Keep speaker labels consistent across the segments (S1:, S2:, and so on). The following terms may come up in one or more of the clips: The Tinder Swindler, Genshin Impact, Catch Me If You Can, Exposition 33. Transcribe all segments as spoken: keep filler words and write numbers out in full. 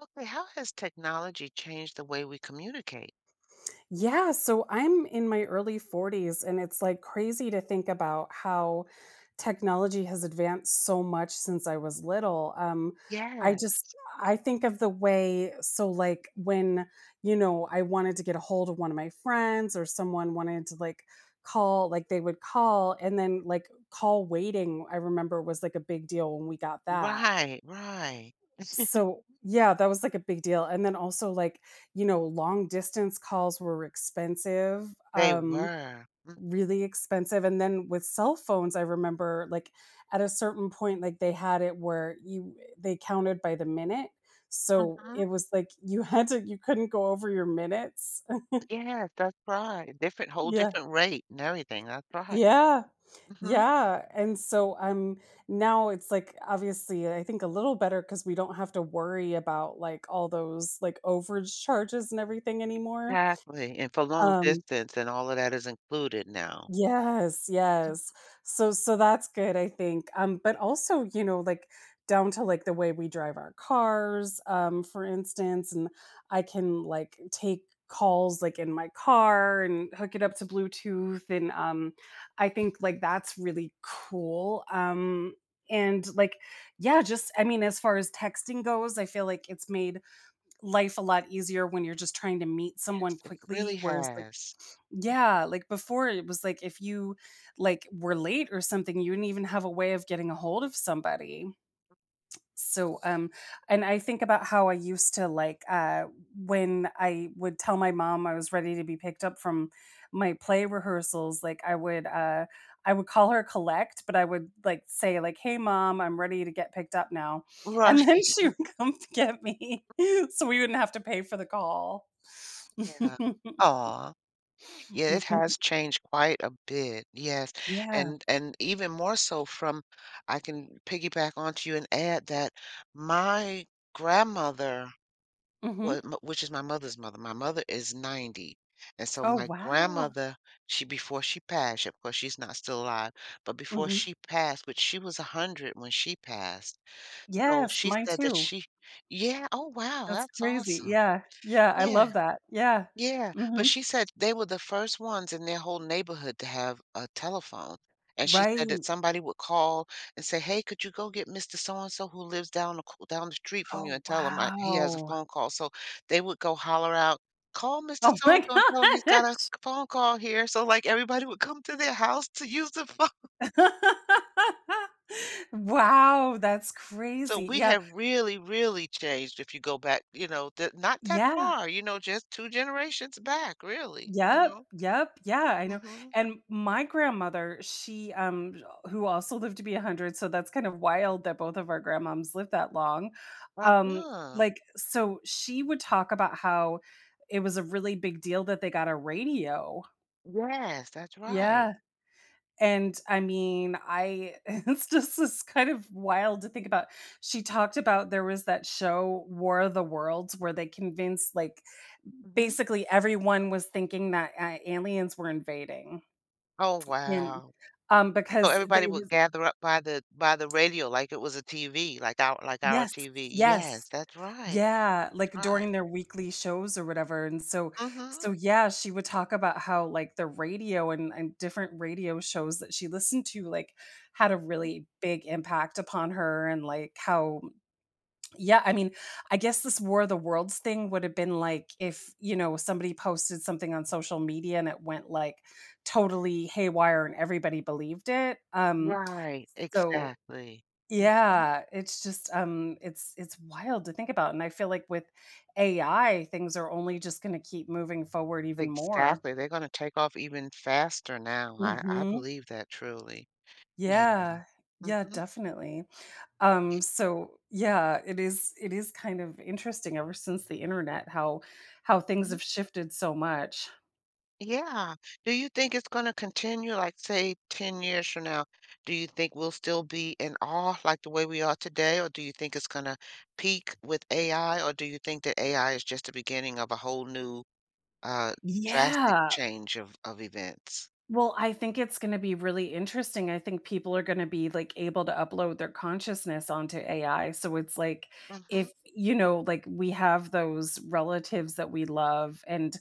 S1: Okay, how has technology changed the way we communicate?
S2: Yeah, so I'm in my early forties, and it's like crazy to think about how technology has advanced so much since I was little. Um, I
S1: Yeah,
S2: just I think of the way. So like when, you know, I wanted to get a hold of one of my friends, or someone wanted to like call, like they would call, and then like call waiting, I remember, was like a big deal when we got that.
S1: right, right.
S2: So yeah, that was like a big deal. And then also, like, you know, long distance calls were expensive,
S1: They
S2: um,
S1: were.
S2: really expensive. And then with cell phones, I remember, like, at a certain point, like, they had it where you they counted by the minute, so
S1: Mm-hmm.
S2: it was like you had to, you couldn't go over your minutes.
S1: Yes, that's right. Different, whole
S2: Yeah.
S1: different rate and everything. That's right.
S2: Yeah.
S1: Mm-hmm.
S2: Yeah, and so I'm now it's like, obviously, I think a little better because we don't have to worry about like all those like overage charges and everything anymore.
S1: Exactly. And for long
S2: Um,
S1: distance and all of that is included now.
S2: Yes, yes. So so that's good, I think. Um, but also, you know, like down to like the way we drive our cars, um, for instance, and I can like take calls like in my car and hook it up to Bluetooth, and um, I think like that's really cool. Um, and like, yeah, just, I mean, as far as texting goes, I feel like it's made life a lot easier when you're just trying to meet someone
S1: Yes, it
S2: quickly,
S1: really
S2: whereas like,
S1: has.
S2: yeah, like before, it was like if you like were late or something, you did not even have a way of getting a hold of somebody. So um, and I think about how I used to like, uh, when I would tell my mom I was ready to be picked up from my play rehearsals, like I would, uh, I would call her collect, but I would like say like, "Hey mom, I'm ready to get picked up now." And then
S1: Right.
S2: she would come to get me. So we wouldn't have to pay for the call.
S1: Yeah. Aw. Yeah, it has changed quite a bit, yes,
S2: Yeah.
S1: and and even more so from I can piggyback onto you and add that my grandmother, wa
S2: Mhm.
S1: m which is my mother's mother, my mother is ninety, and so
S2: Oh,
S1: my
S2: wow.
S1: grandmother, she before she passed, of course, she's not still alive, but before
S2: Mhm.
S1: she passed, which she was one hundred when she passed, so
S2: Yes,
S1: she
S2: mine
S1: said that
S2: too.
S1: she Yeah, oh, wow,
S2: That's
S1: that's
S2: crazy.
S1: awesome.
S2: Yeah, yeah, I
S1: Yeah.
S2: love that. Yeah.
S1: Yeah, but
S2: Mhm.
S1: she said they were the first ones in their whole neighborhood to have a telephone, and she said that
S2: Right.
S1: somebody would call and say, "Hey, could you go get mister So and so who lives down the co down the street from you
S2: Oh,
S1: and tell him I he has a
S2: wow.
S1: phone call." So they would go holler out, "Call mister
S2: Oh
S1: So
S2: my
S1: and so and tell him he's got a
S2: gosh.
S1: phone call here." So like everybody would come to their house to use the phone.
S2: Wow, that's
S1: So
S2: crazy.
S1: we
S2: Yeah.
S1: have really, really changed if you go back, you know, th not that
S2: Yeah.
S1: far, you know, just two generations back, really, you
S2: Yep,
S1: know?
S2: yep, yeah, I know,
S1: Mhm.
S2: and my grandmother, she, um, sh- who also lived to be one hundred, so that's kind of wild that both of our grandmoms lived that long. Um,
S1: Uh-huh.
S2: like, so she would talk about how it was a really big deal that they got a radio.
S1: Yes, that's right.
S2: Yeah, and I mean, I it's just this kind of wild to think about. She talked about there was that show, War of the Worlds, where they convinced, like,
S1: Mhm.
S2: basically everyone was thinking that, uh, aliens were invading.
S1: Oh,
S2: And,
S1: wow.
S2: um,
S1: So
S2: because
S1: everybody
S2: they
S1: would
S2: was,
S1: gather up by the by the radio like it was a T V, like our like our
S2: yes,
S1: T V. Yes,
S2: yes,
S1: that's right.
S2: yeah,
S1: That's
S2: like
S1: right.
S2: during their weekly shows or whatever. And so,
S1: Mhm.
S2: so yeah, she would talk about how, like, the radio and and different radio shows that she listened to, like, had a really big impact upon her. And like, how, yeah, I mean, I guess this War of the Worlds thing would have been like if, you know, somebody posted something on social media and it went like totally haywire and everybody believed it. Um,
S1: Right,
S2: so
S1: exactly. Mhm.
S2: yeah, it's just um, it's it's wild to think about. And I feel like with A I, things are only just going to keep moving forward even more.
S1: Exactly. They're gonna take off even faster now. I I
S2: Mhm.
S1: believe that truly. Yeah.
S2: Yeah. Yeah,
S1: Mhm.
S2: definitely. Um, so yeah, it is it is kind of interesting ever since the internet how how things
S1: Mhm.
S2: have shifted so much.
S1: Yeah. Do you think it's gonna continue, like, say, ten years from now? Do you think we'll still be in awe like the way we are today, or do you think it's gonna peak with A I, or do you think that A I is just the beginning of a whole new, uh, drastic
S2: Yeah.
S1: change of of events?
S2: Well, I think it's gonna be really interesting. I think people are gonna be like able to upload their consciousness onto A I, so it's like,
S1: Mhm.
S2: if, you know, like we have those relatives that we love, and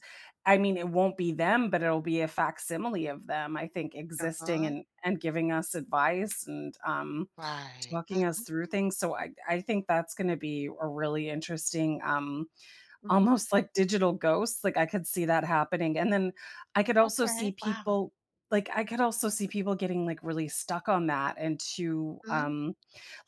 S2: I mean, it won't be them, but it'll be a facsimile of them, I think, existing
S1: Uh-huh.
S2: and and giving us advice and, um,
S1: Right.
S2: talking us
S1: Mhm,
S2: through things. So I I think that's gonna be a really interesting, um,
S1: mhm.
S2: almost like digital ghosts. Like, I could see that happening. And then I could also
S1: Okay,
S2: see
S1: wow.
S2: people, like, I could also see people getting like really stuck on that. And to,
S1: Mm.
S2: um,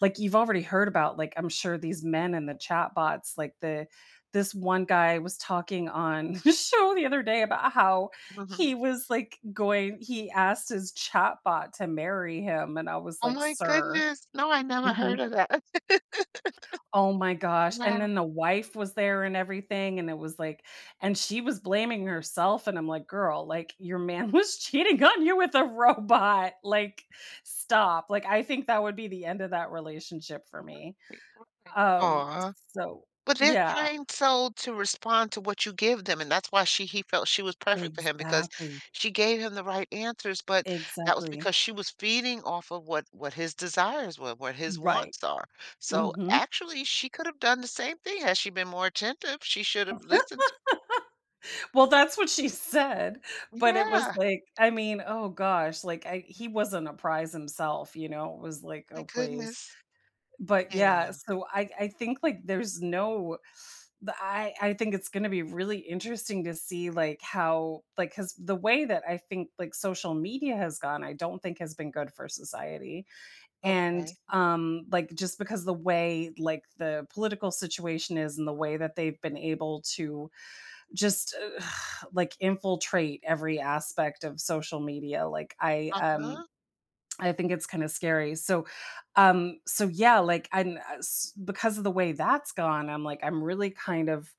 S2: like, you've already heard about, like, I'm sure, these men in the chat bots, like, the this one guy was talking on the show the other day about how
S1: Mhm.
S2: he was like going, he asked his chat bot to marry him, and I was
S1: Oh
S2: like,
S1: my
S2: "Sir."
S1: goodness. No, I never heard
S2: Mhm.
S1: of that.
S2: Oh my gosh, and
S1: Wow.
S2: then the wife was there and everything, and it was like, and she was blaming herself, and I'm like, "Girl, like, your man was cheating on you with a robot, like, stop." Like, I think that would be the end of that relationship for me.
S1: Right, right.
S2: Um,
S1: Aw.
S2: so
S1: But they're
S2: yeah,
S1: trained so to respond to what you give them, and that's why she he felt she was perfect for him because
S2: exactly,
S1: she gave him the right answers, but that was
S2: exactly.
S1: because she was feeding off of what what his desires were, what his
S2: Right.
S1: wants are. So
S2: Mhm.
S1: actually, she could have done the same thing had she been more attentive. She should have listened to
S2: Well, that's what she said, but it was
S1: Yeah.
S2: like, I mean, oh gosh, like, I, he
S1: Oh
S2: wasn't a prize himself, you know? It was like,
S1: my
S2: "Oh, please."
S1: goodness.
S2: But yeah,
S1: Yeah.
S2: so I I think like there's no, the, I I think it's gonna be really interesting to see, like, how, like, because the way that I think, like, social media has gone, I don't think has been good for society. And,
S1: Okay.
S2: um, like, just because the way, like, the political situation is, and the way that they've been able to just, uh, like, infiltrate every aspect of social media, like, I, um,
S1: Uh-huh.
S2: I think it's kinda scary. So, um, so yeah, like, and, uh, s, because of the way that's gone, I'm like, I'm really kind of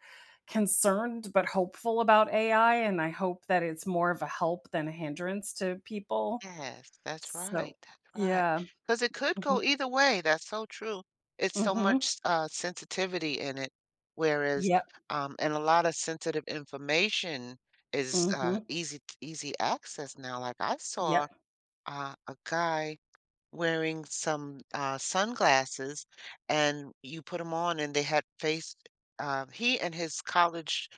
S2: concerned but hopeful about A I, and I hope that it's more of a help than a hindrance to people.
S1: Yes, that's
S2: So
S1: right, that's right,
S2: yeah.
S1: because it could go
S2: Mhm.
S1: either way, that's so true. It's so
S2: Mhm.
S1: much, uh, sensitivity in it, whereas,
S2: Yep.
S1: um and a lot of sensitive information is, uh,
S2: Mhm.
S1: easy easy access now, like, I saw,
S2: Yep.
S1: uh, a guy wearing some, uh, sunglasses, and you put them on, and they had face uh, he and his college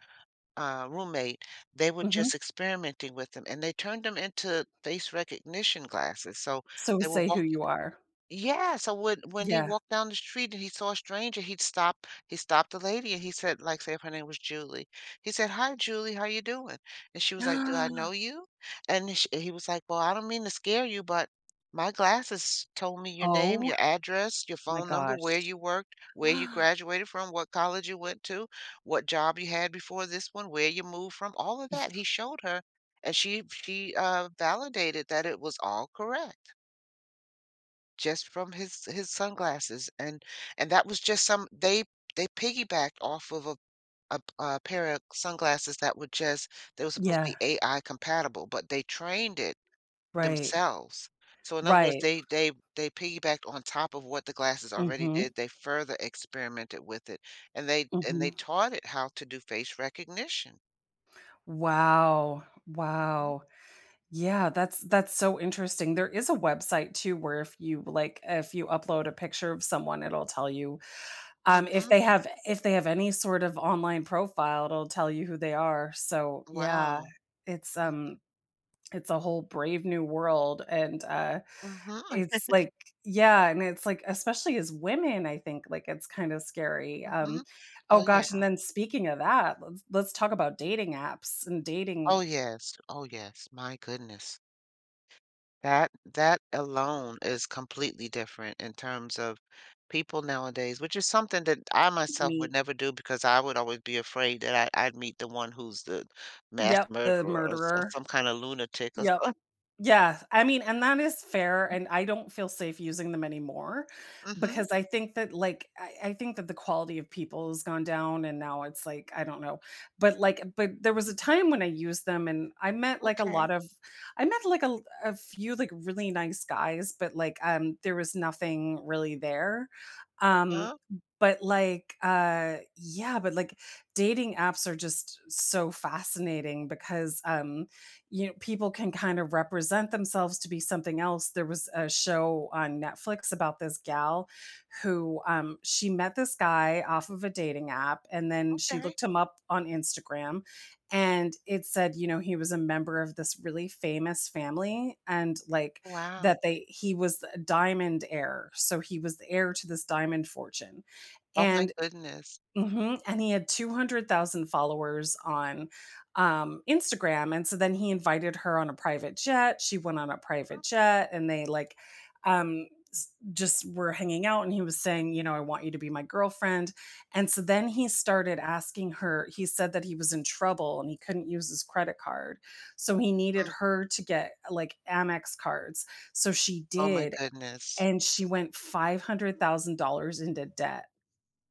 S1: uh, roommate, they were
S2: Mhm.
S1: just experimenting with them, and they turned them into face recognition glasses, so
S2: So
S1: they were
S2: say who
S1: walking
S2: you are.
S1: yeah, so when when he
S2: Yeah.
S1: walked down the street and he saw a stranger, he'd stop. He stopped the lady and he said, like, say if her name was Julie, he said, "Hi, Julie, how you doing?" And she was like, "Do I know you?" And sh he was like, "Well, I don't mean to scare you, but my glasses told me your name,
S2: Oh
S1: your address, your
S2: my
S1: phone number, where
S2: gosh.
S1: you worked, where you graduated from, what college you went to, what job you had before this one, where you moved from, all of that." He showed her, and she she uh, validated that it was all correct just from his his sunglasses, and and that was just some they They piggybacked off of a a, a pair of sunglasses that were just they were supposed to
S2: Yeah.
S1: be A I compatible, but they trained it
S2: Right.
S1: themselves. So in other words,
S2: Right.
S1: they they they piggybacked on top of what the glasses already
S2: Mhm.
S1: did. They further experimented with it, and they and
S2: Mhm.
S1: they taught it how to do face recognition.
S2: Wow.
S1: Mhm.
S2: Wow. Yeah, that's that's so interesting. There is a website too, where if you like, if you upload a picture of someone, it'll tell you, um, if
S1: Mhm.
S2: they have, if they have any sort of online profile, it'll tell you who they are. So yeah,
S1: Wow.
S2: it's um, it's a whole brave new world. And uh,
S1: Mm-hmm.
S2: it's like, yeah, and it's like, especially as women, I think like it's kind of scary.
S1: Mm-hmm.
S2: Um, oh
S1: Oh
S2: gosh,
S1: yeah.
S2: and then speaking of that, let's let's talk about dating apps and
S1: Oh
S2: dating.
S1: yes. Oh yes. My goodness. That that alone is completely different in terms of people nowadays, which is something that I myself would
S2: Meet.
S1: never do because I would always be afraid that I, I'd meet the one who's the mass
S2: Yep, the
S1: murderer or, s-
S2: murderer.
S1: some kind of lunatic or
S2: Yep,
S1: something.
S2: yeah, I mean, and that is fair, and I don't feel safe using them anymore
S1: Mm-hmm.
S2: because I think that, like, I, I think that the quality of people has gone down. And now it's like, I don't know, but like, but there was a time when I used them, and I met like a lot
S1: Okay.
S2: of, I met like a, a few like really nice guys, but like, um, there was nothing really there. Um,
S1: Yeah.
S2: but like, uh, yeah, but like, dating apps are just so fascinating because, um, you know, people can kind of represent themselves to be something else. There was a show on Netflix about this gal who, um, she met this guy off of a dating app, and then she
S1: Okay.
S2: looked him up on Instagram. And it said, you know, he was a member of this really famous family, and like,
S1: Wow.
S2: that they he was a diamond heir, so he was the heir to this diamond fortune.
S1: Oh my
S2: And
S1: goodness.
S2: mhm, and he had two hundred thousand followers on, um, Instagram. And so then he invited her on a private jet, she went on a private jet, and they, like, um, s, just were hanging out. And he was saying, you know, "I want you to be my girlfriend," and so then he started asking her, he said that he was in trouble and he couldn't use his credit card, so he needed
S1: Mm.
S2: her to get, like, Amex cards. So she
S1: Oh my
S2: did,
S1: goodness.
S2: and she went five hundred thousand dollars into debt.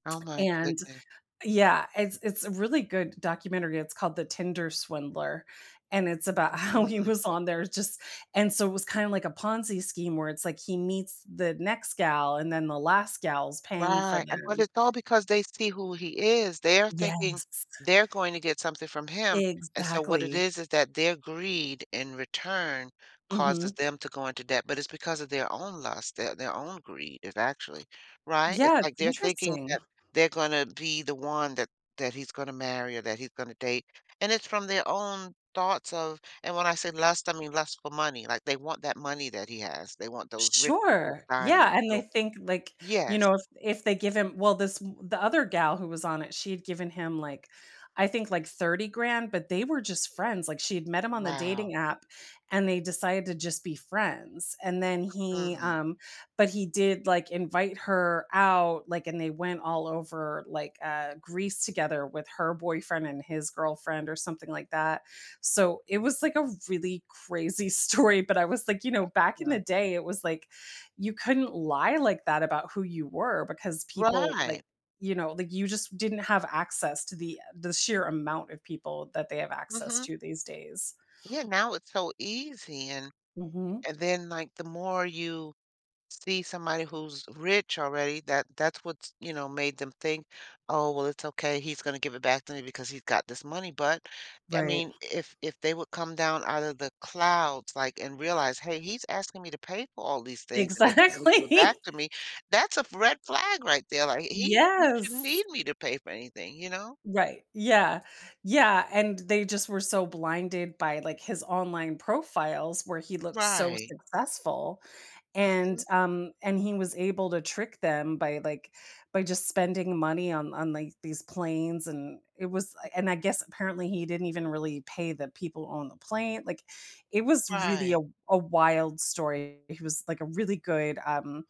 S1: Oh my
S2: And
S1: goodness.
S2: yeah, it's it's a really good documentary. It's called The Tinder Swindler, and it's about how he
S1: Hmm.
S2: was on there just, and so it was kinda like a Ponzi scheme, where it's like he meets the next gal, and then the last gal's paying for
S1: Right, and but
S2: them.
S1: it's all because they see who he is. They're thinking
S2: Yes,
S1: they're going to get something from him, and so what it
S2: exactly.
S1: is is that their greed in return causes
S2: Mhm.
S1: them to go into debt, but it's because of their own lust, their their own greed is actually right? It's
S2: Yeah,
S1: like
S2: it's
S1: they're thinking
S2: interesting.
S1: that they're gonna be the one that that he's gonna marry or that he's gonna date, and it's from their own thoughts of and when I say lust, I mean lust for money, like, they want that money that he has. They want those riches, those
S2: Sure.
S1: diamonds,
S2: Yeah, and they
S1: so
S2: think, like, you
S1: Yes.
S2: know, if if they give him, well, this, the other gal who was on it, she had given him, like, I think, like, thirty grand, but they were just friends. Like, she had met him on the
S1: Wow.
S2: dating app, and they decided to just be friends. And then he,
S1: Mm,
S2: um, but he did like invite her out, like, and they went all over, like, uh, Greece together with her boyfriend and his girlfriend or something like that. So it was like a really crazy story. But I was like, you know, back in
S1: yeah.
S2: the day, it was like you couldn't lie like that about who you were, because people like,
S1: Right.
S2: you know, like you just didn't have access to the the sheer amount of people that they have access
S1: Mhm.
S2: to these days.
S1: Yeah, now it's so easy, and
S2: Hmm.
S1: and then, like, the more you see somebody who's rich already, that that's what's, you know, made them think, "Oh, well, it's okay, he's gonna give it back to me because he's got this money," but, I
S2: Right.
S1: mean, if if they would come down out of the clouds, like, and realize, "Hey, he's asking me to pay for all these things, and then he's gonna give it
S2: Exactly.
S1: back to me," that's a red flag right there, like, he he shouldn't
S2: Yes.
S1: need me to pay for anything, you know?
S2: Right. Yeah. Yeah. And they just were so blinded by like his online profiles where he looks so
S1: Right.
S2: successful.
S1: Mhm.
S2: And, um, and he was able to trick them by, like, by just spending money on on, like, these planes. And it was, and I guess, apparently he didn't even really pay the people on the plane. Like, it was really a
S1: Right.
S2: a wild story. He was like a really good, um,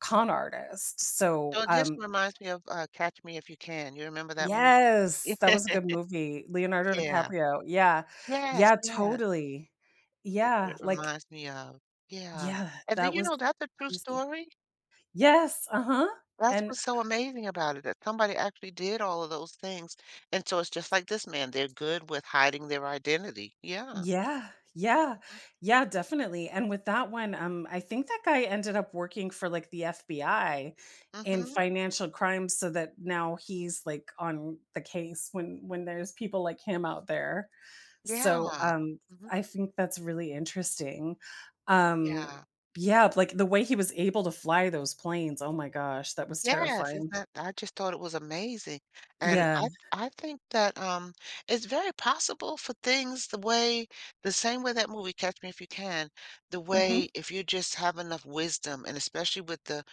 S2: con artist. So,
S1: So it just
S2: um,
S1: reminds me of, uh, Catch Me If You Can. You remember that movie?
S2: yes,
S1: It
S2: that was a good movie. Leonardo
S1: yeah.
S2: DiCaprio, yeah.
S1: Yes,
S2: Yeah,
S1: yes.
S2: totally.
S1: That's what
S2: Yeah,
S1: it
S2: like,
S1: reminds me of. Yeah.
S2: yeah,
S1: And then,
S2: that
S1: you
S2: was
S1: know, that's a true
S2: crazy.
S1: story.
S2: Yes, uh-huh,
S1: That's
S2: and
S1: what's so amazing about it, that somebody actually did all of those things. And so it's just like this man, they're good with hiding their identity. Yeah.
S2: yeah, yeah,
S1: Mhm.
S2: yeah, definitely. And with that one, um, I think that guy ended up working for like the F B I in
S1: Mhm.
S2: financial crimes, so that now he's like on the case when when there's people like him out there. So
S1: Yeah.
S2: um,
S1: Mhm.
S2: I think that's really interesting. Um,
S1: Yeah.
S2: yeah, like the way he was able to fly those planes. Oh my gosh, that was
S1: Yes, isn't
S2: terrifying.
S1: that I just thought it was amazing, and
S2: Yeah.
S1: I I think that, um, it's very possible for things the way the same way that movie, Catch Me If You Can, the
S2: Mm-hmm.
S1: way if you just have enough wisdom, and especially with the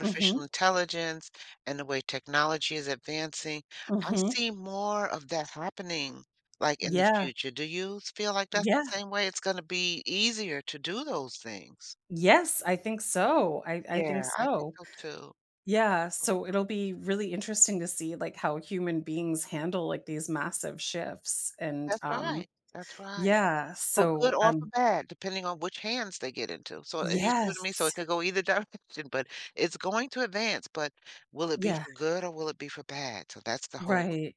S2: Mm-hmm.
S1: intelligence and the way technology is advancing, I
S2: Mm-hmm.
S1: see more of that happening, like, in the
S2: Yeah.
S1: future. Do you feel like that's
S2: Yeah.
S1: the same way? It's gonna be easier to do those things.
S2: Yes, I think so. I I think
S1: Yeah, I think
S2: so.
S1: so too.
S2: Yeah, so it'll be really interesting to see, like, how human beings handle, like, these massive shifts. And,
S1: That's
S2: um,
S1: right. That's right.
S2: yeah,
S1: For good
S2: so,
S1: or for
S2: um,
S1: bad, depending on which hands they get into. So, and you see what I mean? So
S2: yes.
S1: it could go either direction, but it's going to advance, but will it be
S2: Yeah,
S1: for good or will it be for bad? So that's the whole
S2: right.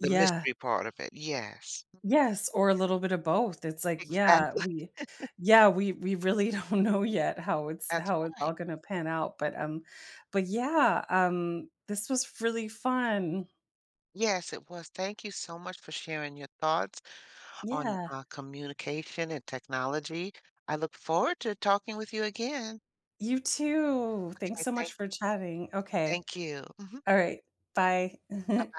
S1: the mystery part of it. Yes.
S2: Yes, or a little bit of both. It's like, yeah,
S1: Exactly.
S2: we, yeah, we we really don't know yet how it's
S1: That's
S2: how it's all
S1: right.
S2: gonna pan out. But, um, but yeah, um, this was really fun.
S1: Yes, it was. Thank you so much for sharing your thoughts on
S2: Yeah.
S1: uh, communication and technology. I look forward to talking with you again.
S2: You too. Thanks
S1: Okay,
S2: so much
S1: thank,
S2: for chatting. Okay.
S1: thank you. Mhm.
S2: All right. Bye.